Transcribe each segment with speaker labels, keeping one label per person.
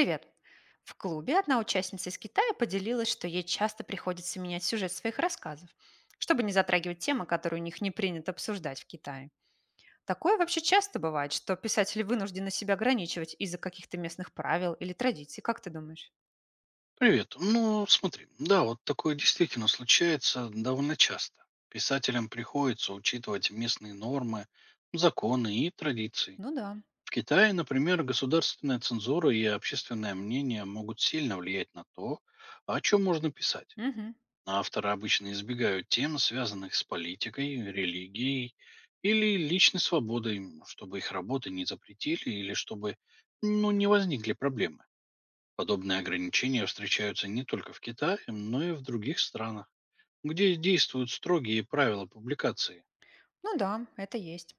Speaker 1: Привет. В клубе одна участница из Китая поделилась, что ей часто приходится менять сюжет своих рассказов, чтобы не затрагивать темы, которые у них не принято обсуждать в Китае. Такое вообще часто бывает, что писатели вынуждены себя ограничивать из-за каких-то местных правил или традиций. Как ты думаешь?
Speaker 2: Привет. Ну, смотри, да, вот такое действительно случается довольно часто. Писателям приходится учитывать местные нормы, законы и традиции.
Speaker 1: Ну да.
Speaker 2: В Китае, например, государственная цензура и общественное мнение могут сильно влиять на то, о чем можно писать.
Speaker 1: Мгм.
Speaker 2: Авторы обычно избегают тем, связанных с политикой, религией или личной свободой, чтобы их работы не запретили или чтобы ну, не возникли проблемы. Подобные ограничения встречаются не только в Китае, но и в других странах, где действуют строгие правила публикации.
Speaker 1: Ну да, это есть.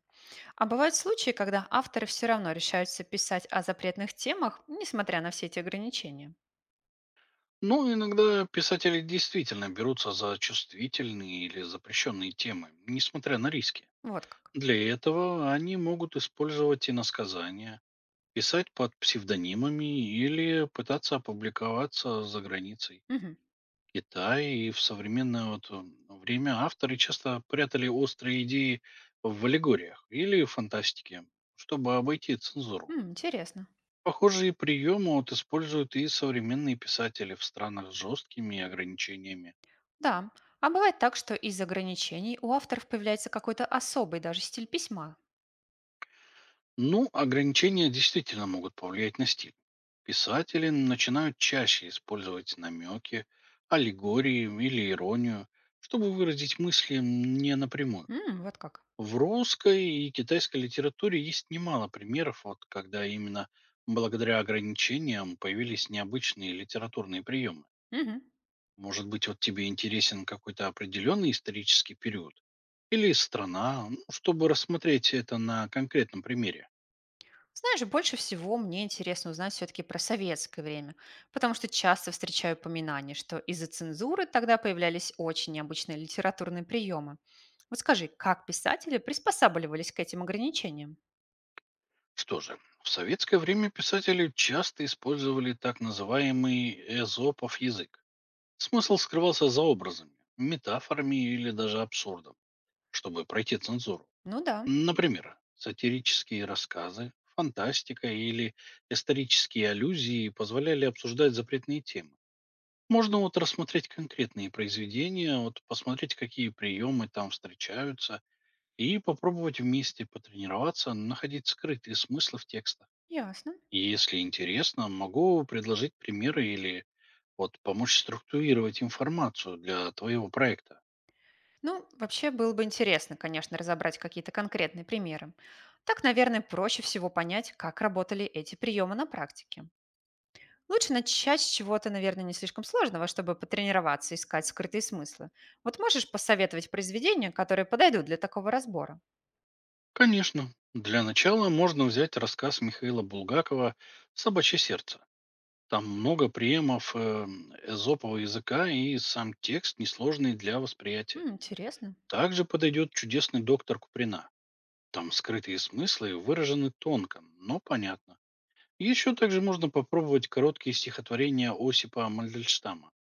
Speaker 1: А бывают случаи, когда авторы все равно решаются писать о запретных темах, несмотря на все эти ограничения.
Speaker 2: Но иногда писатели действительно берутся за чувствительные или запрещенные темы, несмотря на риски.
Speaker 1: Вот как.
Speaker 2: Для этого они могут использовать иносказания, писать под псевдонимами или пытаться опубликоваться за границей.
Speaker 1: Мгм.
Speaker 2: Китае и в современное время авторы часто прятали острые идеи в аллегориях или фантастике, чтобы обойти цензуру.
Speaker 1: М, интересно.
Speaker 2: Похожие приемы вот используют и современные писатели в странах с жесткими ограничениями.
Speaker 1: Да, а бывает так, что из ограничений у авторов появляется какой-то особый даже стиль письма.
Speaker 2: Ну, ограничения действительно могут повлиять на стиль. Писатели начинают чаще использовать намеки, аллегории или иронию, чтобы выразить мысли не напрямую.
Speaker 1: М, вот как.
Speaker 2: В русской и китайской литературе есть немало примеров, вот, когда именно благодаря ограничениям появились необычные литературные приемы.
Speaker 1: Мгм.
Speaker 2: Может быть, вот тебе интересен какой-то определенный исторический период или страна, ну, чтобы рассмотреть это на конкретном примере.
Speaker 1: Знаешь, больше всего мне интересно узнать все-таки про советское время, потому что часто встречаю упоминания, что из-за цензуры тогда появлялись очень необычные литературные приемы. Вот скажи, как писатели приспосабливались к этим ограничениям?
Speaker 2: Что же, в советское время писатели часто использовали так называемый эзопов язык. Смысл скрывался за образами, метафорами или даже абсурдом, чтобы пройти цензуру.
Speaker 1: Ну да,
Speaker 2: Например, сатирические рассказы, фантастика или исторические аллюзии позволяли обсуждать запретные темы. Можно вот рассмотреть конкретные произведения, вот посмотреть, какие приемы там встречаются, и попробовать вместе потренироваться, находить скрытые смыслы в текстах.
Speaker 1: ясно.
Speaker 2: И если интересно, могу предложить примеры или вот помочь структурировать информацию для твоего проекта.
Speaker 1: Ну, вообще было бы интересно, конечно, разобрать какие-то конкретные примеры. Так, наверное, проще всего понять, как работали эти приемы на практике. Лучше начать с чего-то, наверное, не слишком сложного, чтобы потренироваться, искать скрытые смыслы. Вот можешь посоветовать произведения, которые подойдут для такого разбора?
Speaker 2: Конечно, для начала можно взять рассказ Михаила Булгакова «Собачье сердце». Там много приемов эзопового языка и сам текст несложный для восприятия.
Speaker 1: М, интересно.
Speaker 2: Также подойдет чудесный доктор Куприна. Там скрытые смыслы выражены тонко, но понятно. Еще также можно попробовать короткие стихотворения Осипа Мандельштама,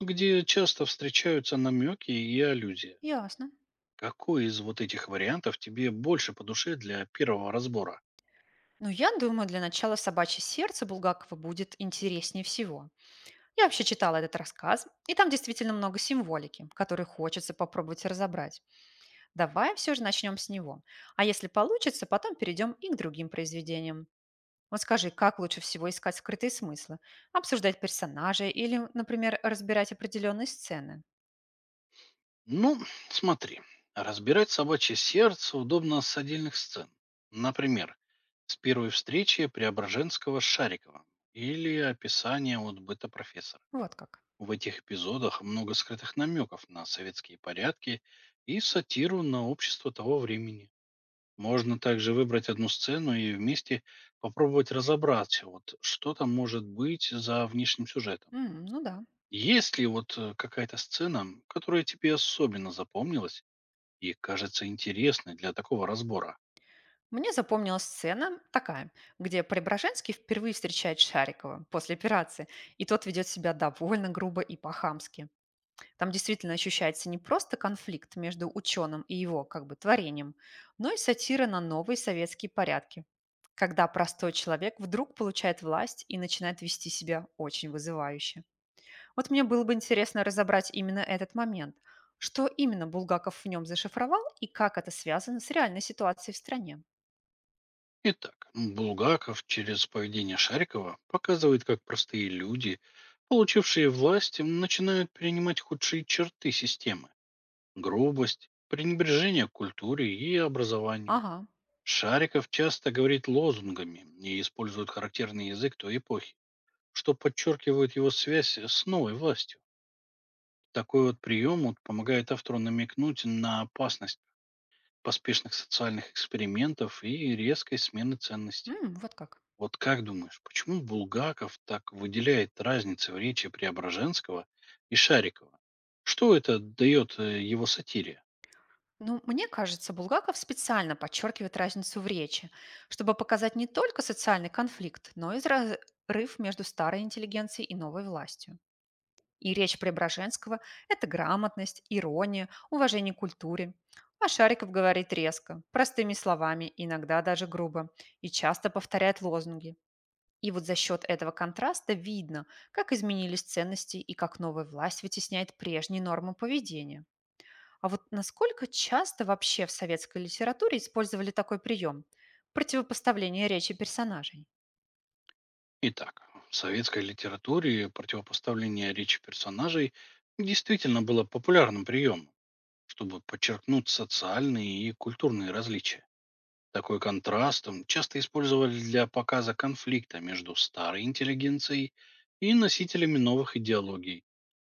Speaker 2: где часто встречаются намеки и аллюзии.
Speaker 1: Ясно.
Speaker 2: Какой из вот этих вариантов тебе больше по душе для первого разбора?
Speaker 1: Ну, я думаю, для начала «Собачье сердце» Булгакова будет интереснее всего. Я вообще читала этот рассказ, и там действительно много символики, которые хочется попробовать разобрать. Давай все же начнем с него. А если получится, потом перейдем и к другим произведениям. Вот скажи, как лучше всего искать скрытые смыслы? Обсуждать персонажей или, например, разбирать определенные сцены?
Speaker 2: Ну, смотри, разбирать собачье сердце удобно с отдельных сцен. Например, с первой встречи Преображенского с Шариковым или описание от быта профессора.
Speaker 1: Вот как.
Speaker 2: В этих эпизодах много скрытых намеков на советские порядки и сатиру на общество того времени. Можно также выбрать одну сцену и вместе попробовать разобраться, вот что там может быть за внешним сюжетом.
Speaker 1: М, ну да.
Speaker 2: Есть ли какая-то сцена, которая тебе особенно запомнилась, и кажется интересной для такого разбора.
Speaker 1: Мне запомнилась сцена такая, где Преображенский впервые встречает Шарикова после операции, и тот ведет себя довольно грубо и по-хамски. Там действительно ощущается не просто конфликт между ученым и его как бы творением, но и сатира на новые советские порядки, когда простой человек вдруг получает власть и начинает вести себя очень вызывающе. Вот мне было бы интересно разобрать именно этот момент. Что именно Булгаков в нем зашифровал и как это связано с реальной ситуацией в стране?
Speaker 2: Итак, Булгаков через поведение Шарикова показывает, как простые люди, получившие власть, начинают принимать худшие черты системы. Грубость, пренебрежение к культуре и образованию.
Speaker 1: Ага.
Speaker 2: Шариков часто говорит лозунгами и использует характерный язык той эпохи, что подчеркивает его связь с новой властью. Такой вот прием вот помогает автору намекнуть на опасность поспешных социальных экспериментов и резкой смены ценностей.
Speaker 1: М, вот как.
Speaker 2: Вот как думаешь, почему Булгаков так выделяет разницы в речи Преображенского и Шарикова? Что это дает его сатире?
Speaker 1: Ну, мне кажется, Булгаков специально подчеркивает разницу в речи, чтобы показать не только социальный конфликт, но и разрыв между старой интеллигенцией и новой властью. И речь Преображенского — это грамотность, ирония, уважение к культуре. А Шариков говорит резко, простыми словами, иногда даже грубо, и часто повторяет лозунги. И вот за счет этого контраста видно, как изменились ценности и как новая власть вытесняет прежние нормы поведения. А вот насколько часто вообще в советской литературе использовали такой прием? Противопоставление речи персонажей.
Speaker 2: Итак, в советской литературе противопоставление речи персонажей действительно было популярным приемом, чтобы подчеркнуть социальные и культурные различия. Такой контраст часто использовали для показа конфликта между старой интеллигенцией и носителями новых идеологий.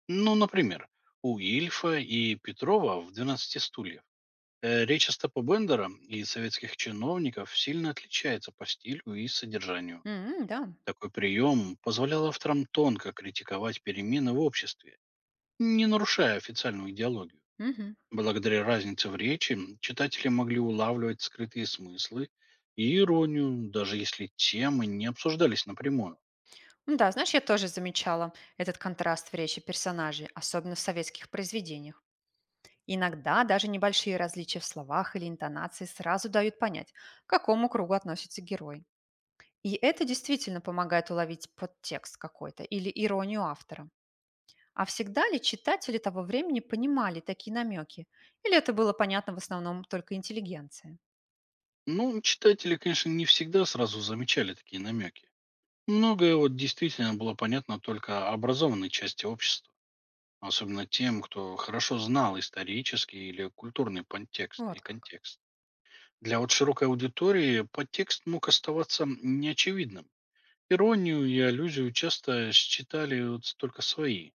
Speaker 2: Ну, например, у Ильфа и Петрова в «Двенадцати стульях» речь Остапа Бендера и советских чиновников сильно отличается по стилю и содержанию.
Speaker 1: М, да.
Speaker 2: Такой прием позволял авторам тонко критиковать перемены в обществе, не нарушая официальную идеологию.
Speaker 1: Мгм.
Speaker 2: Благодаря разнице в речи читатели могли улавливать скрытые смыслы и иронию, даже если темы не обсуждались напрямую.
Speaker 1: Ну да, знаешь, я тоже замечала этот контраст в речи персонажей, особенно в советских произведениях. Иногда даже небольшие различия в словах или интонации сразу дают понять, к какому кругу относится герой. И это действительно помогает уловить подтекст какой-то или иронию автора. А всегда ли читатели того времени понимали такие намеки? Или это было понятно в основном только интеллигенции?
Speaker 2: Ну, читатели, конечно, не всегда сразу замечали такие намеки. Многое вот действительно было понятно только образованной части общества, особенно тем, кто хорошо знал исторический или культурный подтекст
Speaker 1: Вот
Speaker 2: и
Speaker 1: как.
Speaker 2: контекст. Для вот широкой аудитории подтекст мог оставаться неочевидным. Иронию и аллюзию часто считали вот только свои,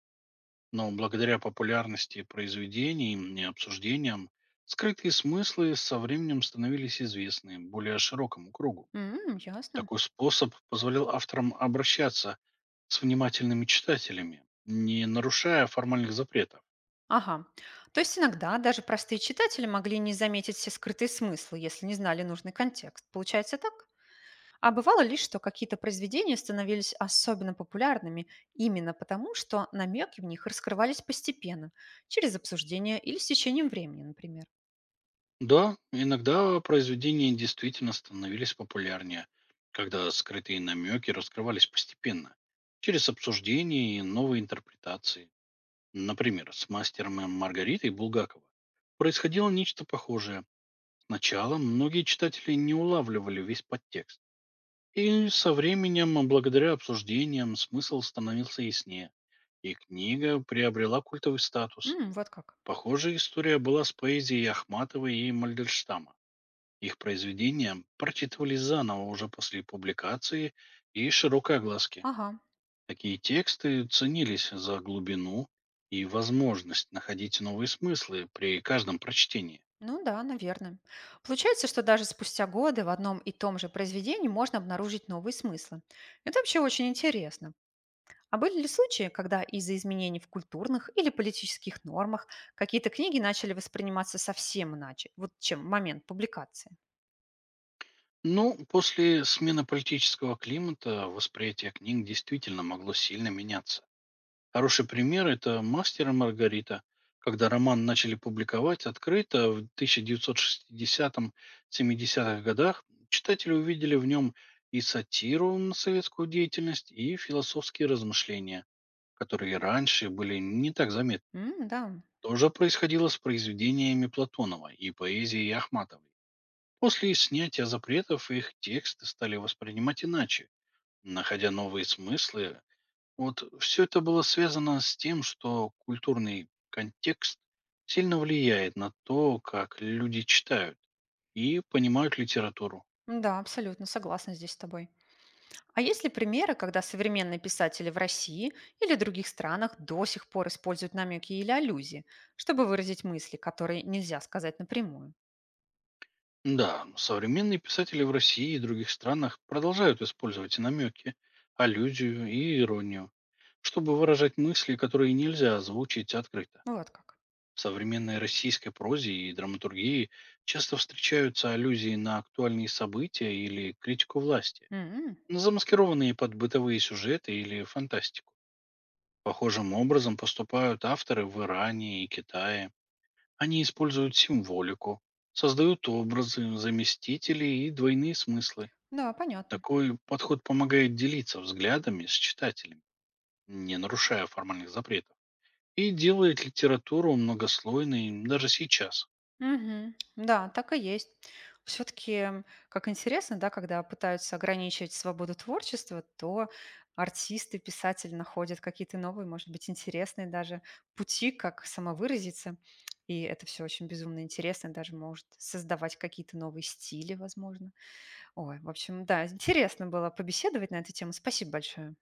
Speaker 2: но благодаря популярности произведений и обсуждениям, скрытые смыслы со временем становились известны более широкому кругу.
Speaker 1: М, ясно.
Speaker 2: Такой способ позволял авторам обращаться с внимательными читателями, не нарушая формальных запретов.
Speaker 1: Ага. То есть иногда даже простые читатели могли не заметить все скрытые смыслы, если не знали нужный контекст. Получается так? А бывало ли, что какие-то произведения становились особенно популярными именно потому, что намеки в них раскрывались постепенно, через обсуждение или с течением времени, например.
Speaker 2: Да, иногда произведения действительно становились популярнее, когда скрытые намеки раскрывались постепенно, через обсуждения и новые интерпретации. Например, с мастером и Маргаритой Булгакова происходило нечто похожее. Сначала многие читатели не улавливали весь подтекст. И со временем, благодаря обсуждениям, смысл становился яснее. И книга приобрела культовый статус.
Speaker 1: М, вот как.
Speaker 2: Похожая история была с поэзией Ахматовой и Мальдельштама. Их произведения прочитывались заново уже после публикации и широкой огласки.
Speaker 1: Ага.
Speaker 2: Такие тексты ценились за глубину и возможность находить новые смыслы при каждом прочтении.
Speaker 1: Ну да, наверное. Получается, что даже спустя годы в одном и том же произведении можно обнаружить новые смыслы. Это вообще очень интересно. А были ли случаи, когда из-за изменений в культурных или политических нормах какие-то книги начали восприниматься совсем иначе, вот чем в момент публикации?
Speaker 2: Но после смены политического климата восприятие книг действительно могло сильно меняться. Хороший пример — это «Мастер и Маргарита», когда роман начали публиковать открыто в тысяча девятьсот 70 семидесятых годах, читатели увидели в нем и сатиру на советскую деятельность, и философские размышления, которые раньше были не так заметны.
Speaker 1: М, да,
Speaker 2: То же происходило с произведениями Платонова и поэзией Ахматовой. После снятия запретов их тексты стали воспринимать иначе, находя новые смыслы. Вот все это было связано с тем, что культурный контекст сильно влияет на то, как люди читают и понимают литературу.
Speaker 1: да, абсолютно согласна здесь с тобой. А есть ли примеры, когда современные писатели в России или других странах до сих пор используют намеки или аллюзии, чтобы выразить мысли, которые нельзя сказать напрямую?
Speaker 2: Да, современные писатели в России и других странах продолжают использовать намеки, аллюзию и иронию, чтобы выражать мысли, которые нельзя озвучить открыто.
Speaker 1: Ну, вот как.
Speaker 2: В современной российской прозе и драматургии часто встречаются аллюзии на актуальные события или критику власти,
Speaker 1: М.
Speaker 2: замаскированные под бытовые сюжеты или фантастику. Похожим образом поступают авторы в Иране и Китае. Они используют символику, создают образы, заместители и двойные смыслы.
Speaker 1: Да, понятно.
Speaker 2: Такой подход помогает делиться взглядами с читателями, не нарушая формальных запретов, и делает литературу многослойной даже сейчас.
Speaker 1: Мгм. Да, так и есть. Все-таки, как интересно, да, когда пытаются ограничивать свободу творчества, то артисты, писатели находят какие-то новые, может быть, интересные даже пути, как самовыразиться. И это все очень безумно интересно, даже может создавать какие-то новые стили, возможно. Ой, в общем, да, интересно было побеседовать на эту тему. Спасибо большое.